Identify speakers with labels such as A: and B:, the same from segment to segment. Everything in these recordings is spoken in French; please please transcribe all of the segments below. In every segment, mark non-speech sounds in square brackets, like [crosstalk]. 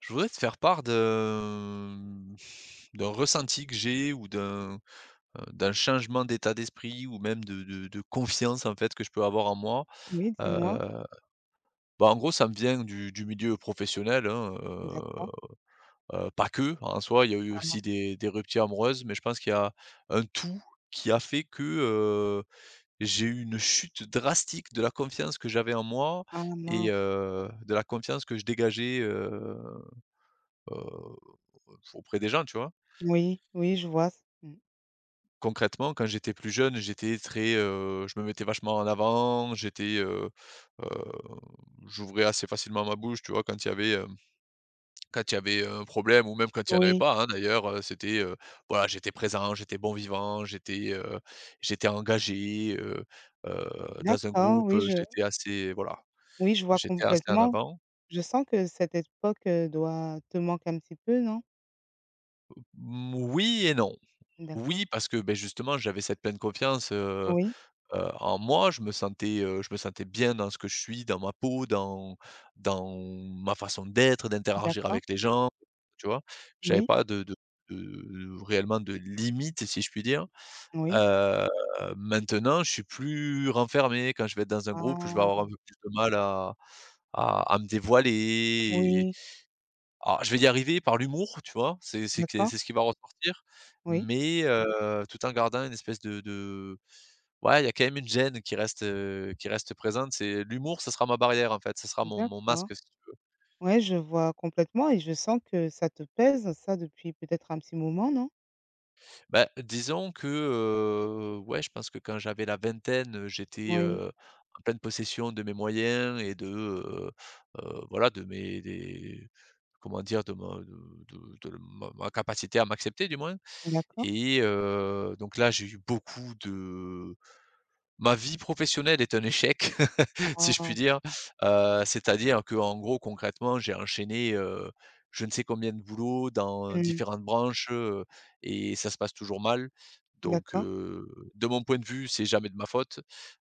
A: Je voudrais te faire part de d'un ressenti que j'ai ou d'un changement d'état d'esprit ou même de confiance, en fait, que je peux avoir en moi.
B: Oui, dis-moi.
A: Heu, Bah, en gros, ça me vient du milieu professionnel, hein,
B: D'accord.
A: pas que, en soi, il y a eu
B: Ah
A: aussi des ruptures amoureuses, mais je pense qu'il y a un tout qui a fait que, j'ai eu une chute drastique de la confiance que j'avais en moi
B: ah
A: et
B: mince.
A: de la confiance que je dégageais, heu, auprès des gens, tu vois?
B: Oui, oui, je vois. Mmh.
A: Concrètement, quand j'étais plus jeune, j'étais très, je me mettais vachement en avant, j'étais, heu, j'ouvrais assez facilement ma bouche, tu vois? Quand il y avait, hem, quand il y avait un problème ou même quand il y en avait
B: Oui,
A: pas, hein, d'ailleurs, c'était, voilà, j'étais présent, j'étais bon vivant, j'étais, j'étais engagé, dans un
B: d'accord,
A: groupe, j'étais assez voilà,
B: oui, je vois
A: j'étais assez en
B: complètement.
A: avant.
B: Je sens que cette époque, doit te manquer un petit peu, non?
A: Mmh, oui et non.
B: D'accord.
A: Oui, parce que, ben, justement, j'avais cette pleine confiance,
B: Oui,
A: en moi, je me sentais bien dans ce que je suis, dans ma peau, dans ma façon d'être, d'interagir
B: d'accord.
A: avec les gens, tu vois? J'avais
B: Oui,
A: pas de réellement de limite, si je puis dire.
B: oui.
A: Heu, maintenant, je suis plus renfermé. Quand je vais être dans un groupe, je vais avoir un
B: Ah!
A: peu plus de mal à me dévoiler et
B: Oui,
A: alors, je vais y arriver par l'humour, tu vois?
B: d'accord.
A: C'est ce qui va ressortir,
B: Oui,
A: mais tout en gardant une espèce de Ouais, il y a quand même une gêne qui reste présente. C'est l'humour, ça sera ma barrière, en fait, ça sera mon
B: d'accord.
A: masque, si tu veux.
B: Ouais, je vois complètement et je sens que ça te pèse, ça, depuis peut-être un petit moment, non?
A: Bah, disons que, ouais, je pense que quand j'avais la vingtaine, j'étais,
B: Oui,
A: en pleine possession de mes moyens et de, voilà, de mes des comment dire? De ma capacité à m'accepter, du moins.
B: d'accord.
A: Et donc là, j'ai eu beaucoup de ma vie professionnelle est un échec. [laughs] Si je
B: Ah!
A: puis dire. C'est-à-dire qu'en gros, concrètement, j'ai enchaîné, je ne sais combien de boulots dans
B: Mmh.
A: différentes branches, et ça se passe toujours mal. Donc
B: D'accord.
A: de mon point de vue, c'est jamais de ma faute.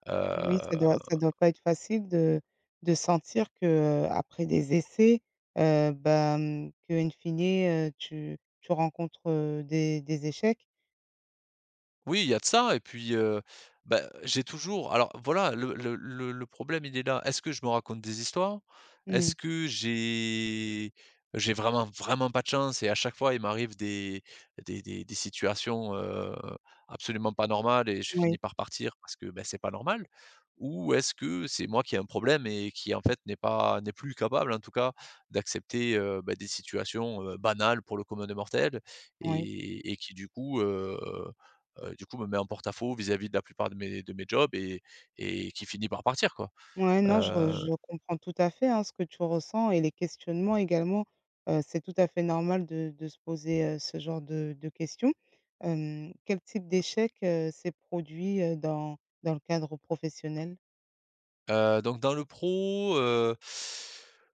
A: Heu
B: Oui, ça doit pas être facile de sentir que, après des essais, qu'in fine, tu rencontres, des échecs.
A: Oui, il y a de ça et puis, bah, j'ai toujours, alors voilà, le problème, il est là. Est-ce que je me raconte des histoires? Est-ce
B: Mmh.
A: que j'ai vraiment, vraiment pas de chance et à chaque fois, il m'arrive des situations, absolument pas normales et je finis
B: Oui,
A: par partir parce que, ben, c'est pas normal? Ou est-ce que c'est moi qui ai un problème et qui, en fait, n'est pas, n'est plus capable, en tout cas, d'accepter, bah, des situations, banales pour le commun des mortels
B: oui.
A: et qui, du coup, me met en porte-à-faux vis-à-vis de la plupart de mes jobs et qui finit par partir, quoi.
B: Ouais, non, je re
A: Heu
B: je comprends tout à fait, hein, ce que tu ressens et les questionnements également. C'est tout à fait normal de se poser, ce genre de questions. Quel type d'échec, s'est produit, dans le cadre professionnel?
A: donc dans le pro,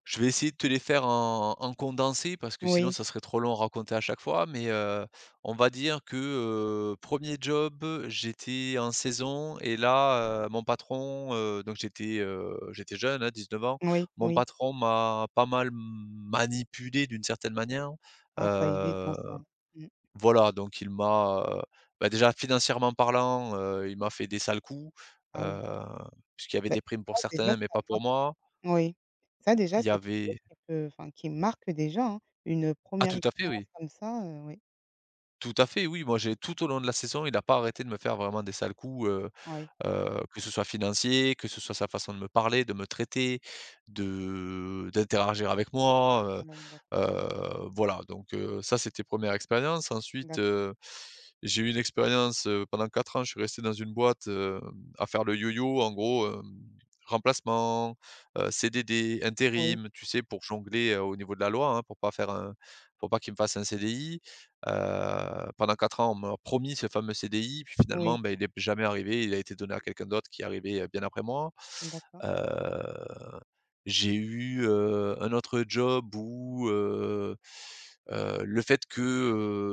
A: je vais essayer de te les faire en condensé parce que sinon
B: Oui,
A: ça serait trop long à raconter à chaque fois, mais on va dire que, un job, j'étais en saison et là, mon patron, donc j'étais, j'étais jeune, hein, 19 ans.
B: oui,
A: Mon
B: oui.
A: patron m'a pas mal manipulé d'une certaine manière.
B: Ah, pas évident ça.
A: heu
B: Mmh.
A: Voilà, donc il m'a, bah, déjà financièrement parlant, il m'a fait des sales coups,
B: Ah oui.
A: heu, puisqu'il y avait
B: Beh,
A: des primes pour
B: ça déjà
A: certains, mais
B: ça
A: pas pour
B: marque
A: moi.
B: oui. Ça déjà,
A: Il y
B: c'est quelque chose
A: avait
B: qui peut enfin qui marque déjà, hein. Une,
A: Ah,
B: première
A: tout à fait,
B: expérience
A: oui.
B: comme ça, oui.
A: Tout à fait, oui, moi, j'ai tout au long de la saison, il n'a pas arrêté de me faire vraiment des sales coups,
B: Oui.
A: que ce soit financier, que ce soit sa façon de me parler, de me traiter, de d'interagir avec moi,
B: Ah oui, d'accord. Mmh.
A: voilà, donc ça, c'était première expérience. Ensuite,
B: D'accord.
A: j'ai eu une expérience, pendant 4 ans, je suis resté dans une boîte, à faire le yo-yo, en gros, remplacement, CDD,
B: Oui.
A: intérim, tu sais, pour jongler, au niveau de la loi, hein, pour pas qu'ils me fassent un CDI. Pendant 4 ans, on m'a promis ce fameux CDI, puis finalement,
B: Oui.
A: ben, il est jamais arrivé, il a été donné à quelqu'un d'autre qui est arrivé, bien après moi.
B: D'accord.
A: Heu j'ai eu, un autre job où, le fait que,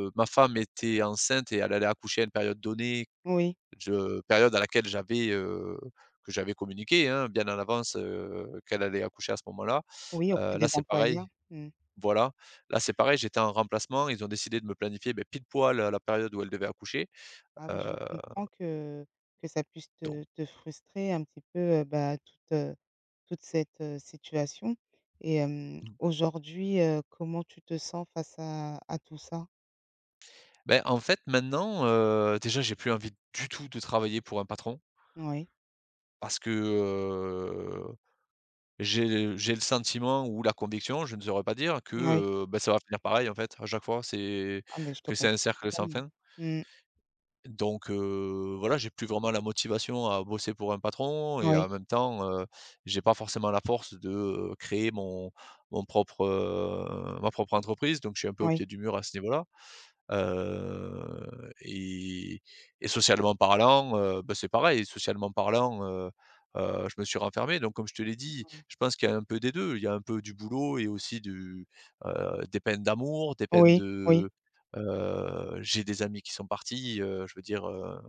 A: ma femme était enceinte et elle allait accoucher à une période donnée,
B: Oui.
A: je période à laquelle que j'avais communiqué, hein, bien en avance, qu'elle allait accoucher à ce moment-là.
B: Oui, auprès
A: Là,
B: des
A: c'est
B: employeurs.
A: pareil,
B: Mmh.
A: voilà. Là, c'est pareil, j'étais en remplacement. Ils ont décidé de me planifier, beh, pile poil à la période où elle devait accoucher.
B: Ah
A: Heu,
B: oui, je comprends que ça puisse
A: donc
B: te frustrer un petit peu, toute, toute cette, situation et aujourd'hui, comment tu te sens face à tout ça?
A: beh, en fait, maintenant, déjà, j'ai plus envie du tout de travailler pour un patron
B: Oui.
A: parce que j'ai le sentiment ou la conviction, je ne saurais pas dire, que,
B: Oui.
A: bah, ça va finir pareil en fait, à chaque fois, c'est
B: Ah mais je te
A: que c'est un
B: comprends
A: cercle sans
B: totalement.
A: fin.
B: Mmh.
A: Donc voilà, j'ai plus vraiment la motivation à bosser pour un patron et
B: Oui.
A: en même temps, j'ai pas forcément la force de, créer ma propre entreprise, donc je suis un peu au
B: Oui,
A: pied du mur à ce niveau-là. Et socialement parlant, bah, c'est pareil, socialement parlant, je me suis renfermé donc comme je te l'ai dit,
B: mmh.
A: je pense qu'il y a un peu des 2. Il y a un peu du boulot et aussi des peines d'amour, des peines
B: Oui, oui,
A: j'ai des amis qui sont partis, je veux dire,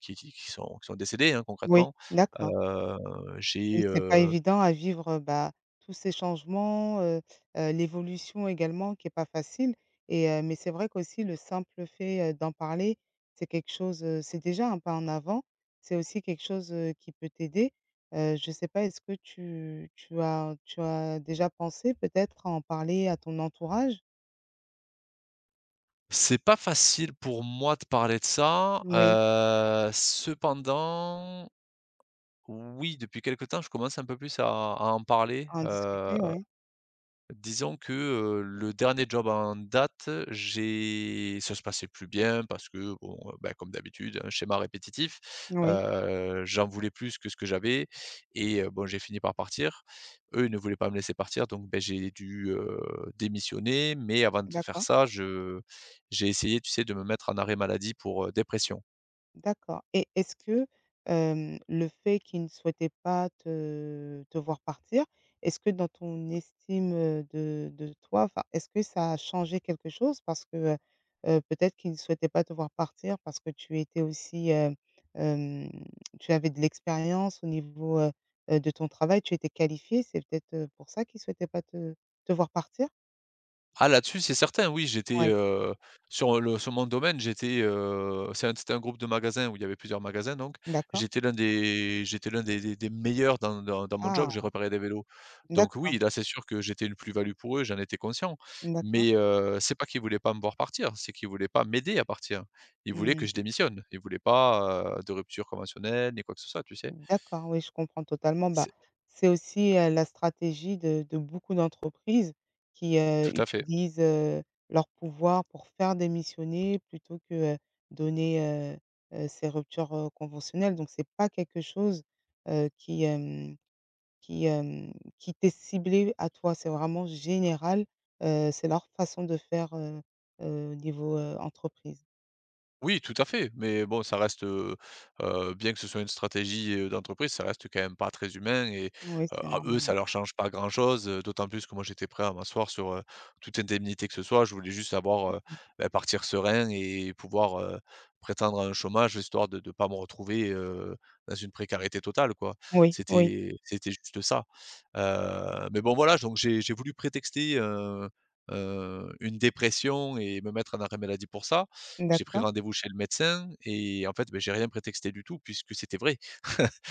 A: qui sont décédés, hein,
B: oui,
A: concrètement.
B: d'accord.
A: Heu, j'ai,
B: Oui, c'est pas
A: heu
B: évident à vivre, tous ces changements, l'évolution également qui est pas facile et mais c'est vrai qu'aussi le simple fait, d'en parler, c'est quelque chose, c'est déjà un pas en avant. C'est aussi quelque chose, qui peut t'aider. Je sais pas, est-ce que tu as déjà pensé peut-être à en parler à ton entourage?
A: c'est pas facile pour moi de parler de ça,
B: Oui,
A: cependant, oui, depuis quelque temps, je commence un peu plus à en parler.
B: à en discuter, ouais.
A: Disons que, le dernier job en date, j'ai ça se passait plus bien parce que bon, bah, comme d'habitude, un schéma répétitif.
B: Oui,
A: J'en voulais plus que ce que j'avais et bon, j'ai fini par partir. Eux, ils ne voulaient pas me laisser partir donc beh, j'ai dû, démissionner, mais avant de faire
B: d'accord.
A: ça, je j'ai essayé, tu sais, de me mettre en arrêt maladie pour, dépression.
B: D'accord et est-ce que, le fait qu'il ne souhaitait pas te voir partir, est-ce que dans ton estime, de toi, enfin, est-ce que ça a changé quelque chose? Parce que, peut-être qu'il ne souhaitait pas te voir partir parce que tu étais aussi, hem, tu avais de l'expérience au niveau, de ton travail, tu étais qualifié, c'est peut-être, pour ça qu'il ne souhaitait pas te voir partir?
A: Ah là-dessus, c'est certain, oui, j'étais,
B: Oui.
A: sur mon domaine, j'étais, c'était un groupe de magasins où il y avait plusieurs magasins donc,
B: D'accord.
A: j'étais l'un des meilleurs dans mon job, j'ai
B: Ah!
A: réparé des vélos. Donc oui,
B: D'accord,
A: là, c'est sûr que j'étais une plus-value pour eux, j'en étais conscient.
B: d'accord.
A: Mais, c'est pas qu'ils voulaient pas me voir partir, c'est qu'ils voulaient pas m'aider à partir. Ils voulaient que je
B: Mmh.
A: démissionne. Ils voulaient pas, de rupture conventionnelle ni quoi que ce soit, tu sais?
B: D'accord, oui, je comprends totalement. Bah,
A: C'est
B: c'est aussi, la stratégie de beaucoup d'entreprises qui,
A: tout à fait.
B: utilisent, leur pouvoir pour faire démissionner plutôt que, donner, ces ruptures, conventionnelles. Donc c'est pas quelque chose, qui, hem qui, hem qui t'est ciblé à toi. C'est vraiment général, c'est leur façon de faire, au niveau, entreprise.
A: Oui, tout à fait, mais bon, ça reste, bien que ce soit une stratégie, d'entreprise, ça reste quand même pas très humain et
B: Oui, c'est
A: à eux,
B: normal,
A: ça
B: ouais.
A: leur change pas grand-chose, d'autant plus que moi, j'étais prêt à m'asseoir sur, toute indemnité que ce soit. Je voulais juste avoir, bah, partir serein et pouvoir, prétendre à un chômage, histoire de ne pas me retrouver, dans une précarité totale, quoi.
B: Oui, oui,
A: C'était juste ça, mais bon, voilà, donc j'ai voulu prétexter, une dépression et me mettre en arrêt maladie pour ça. J'ai pris
B: d'accord.
A: rendez-vous chez le médecin et en fait, beh, j'ai rien prétexté du tout puisque c'était vrai.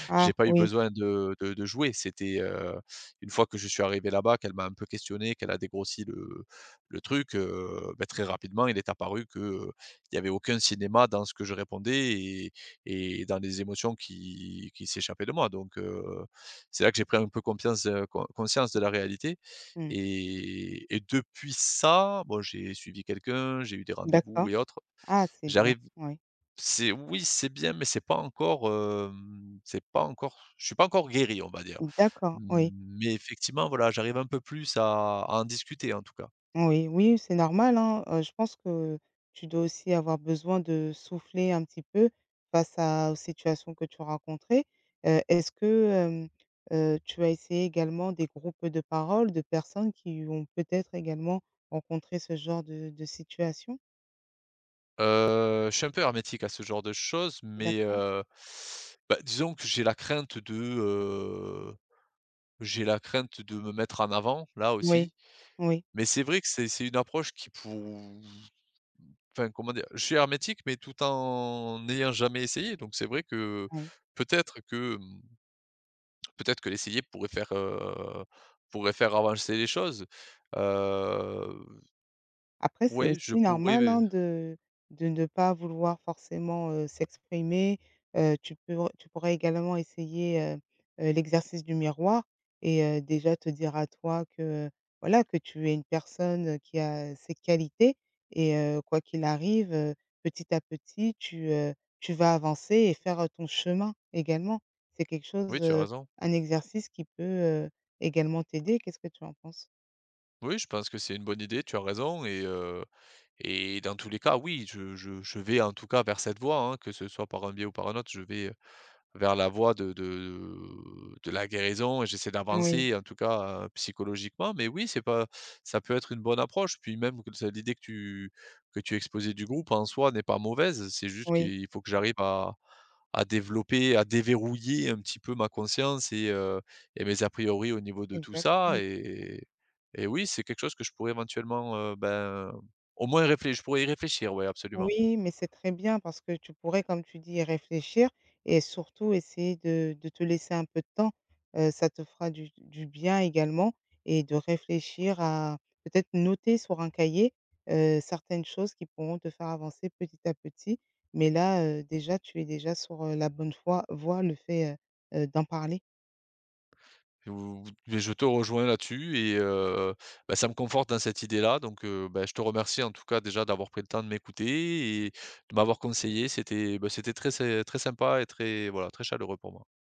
B: Ah
A: J'ai pas eu
B: oui,
A: besoin de jouer. C'était, une fois que je suis arrivé là-bas, qu'elle m'a un peu questionné, qu'elle a dégrossi le truc, beh, très rapidement, il est apparu que, il y avait aucun cinéma dans ce que je répondais et dans les émotions qui s'échappaient de moi donc c'est là que j'ai pris un peu confiance, con conscience de la réalité
B: mmh,
A: et depuis ça, bon, j'ai suivi quelqu'un, j'ai eu des rendez-vous
B: d'accord.
A: et autres.
B: Ah, c'est bien,
A: J'arrive
B: oui.
A: c'est oui, c'est bien, mais c'est pas encore, je suis pas encore guéri, on va dire.
B: D'accord, oui,
A: Mmh, mais effectivement, voilà, j'arrive un peu plus à en discuter, en tout cas.
B: oui, oui, c'est normal, hein, je pense que tu dois aussi avoir besoin de souffler un petit peu face à aux situations que tu as rencontrées. Est-ce que, tu as essayé également des groupes de parole de personnes qui ont peut-être également rencontré ce genre de situation?
A: Je suis un peu hermétique à ce genre de choses, mais
B: D'accord.
A: bah, disons que j'ai la crainte de me mettre en avant, là
B: Oui,
A: aussi,
B: oui,
A: mais c'est vrai que c'est une approche enfin, comment dire? Je suis hermétique, mais tout en n'ayant jamais essayé, donc c'est vrai que
B: oui.
A: peut-être que, mmh, peut-être que l'essayer pourrait faire, avancer les choses. Heu,
B: Après, c'est
A: oui, je
B: aussi
A: pourrais.
B: normal, hein, de ne pas vouloir forcément, s'exprimer. Tu pourrais également essayer, l'exercice du miroir et déjà te dire à toi que, voilà, que tu es une personne, qui a ses qualités et quoi qu'il arrive, petit à petit, tu, tu vas avancer et faire, ton chemin également. C'est quelque
A: Oui,
B: chose,
A: tu as raison.
B: un exercice qui peut, également t'aider. Qu'est-ce que tu en penses?
A: Oui, je pense que c'est une bonne idée, tu as raison et dans tous les cas, oui, je vais en tout cas vers cette voie, hein, que ce soit par un biais ou par un autre, je vais vers la voie de la guérison et j'essaie
B: Oui,
A: d'avancer en tout cas, psychologiquement. Mais oui, c'est pas ça peut être une bonne approche. Puis même que ça l'idée que tu exposais du groupe en soi n'est pas mauvaise. C'est juste
B: oui.
A: qu'il faut que j'arrive à développer, à déverrouiller un petit peu ma conscience et mes a priori au niveau de tout
B: Exact.
A: ça et oui, c'est quelque chose que je pourrais éventuellement, ben, au moins réfléchir. Je pourrais y réfléchir, oui, absolument.
B: Oui, mais c'est très bien parce que tu pourrais, comme tu dis, y réfléchir et surtout essayer de te laisser un peu de temps. Ça te fera du bien également et de réfléchir à peut-être noter sur un cahier, certaines choses qui pourront te faire avancer petit à petit. Mais là, déjà, tu es déjà sur, la bonne foi voie, le fait, d'en parler.
A: Ou mais je te rejoins là-dessus et bah, ça me conforte dans cette idée-là donc bah, je te remercie en tout cas déjà d'avoir pris le temps de m'écouter et de m'avoir conseillé. C'était, bah, c'était très sympa et très chaleureux pour moi.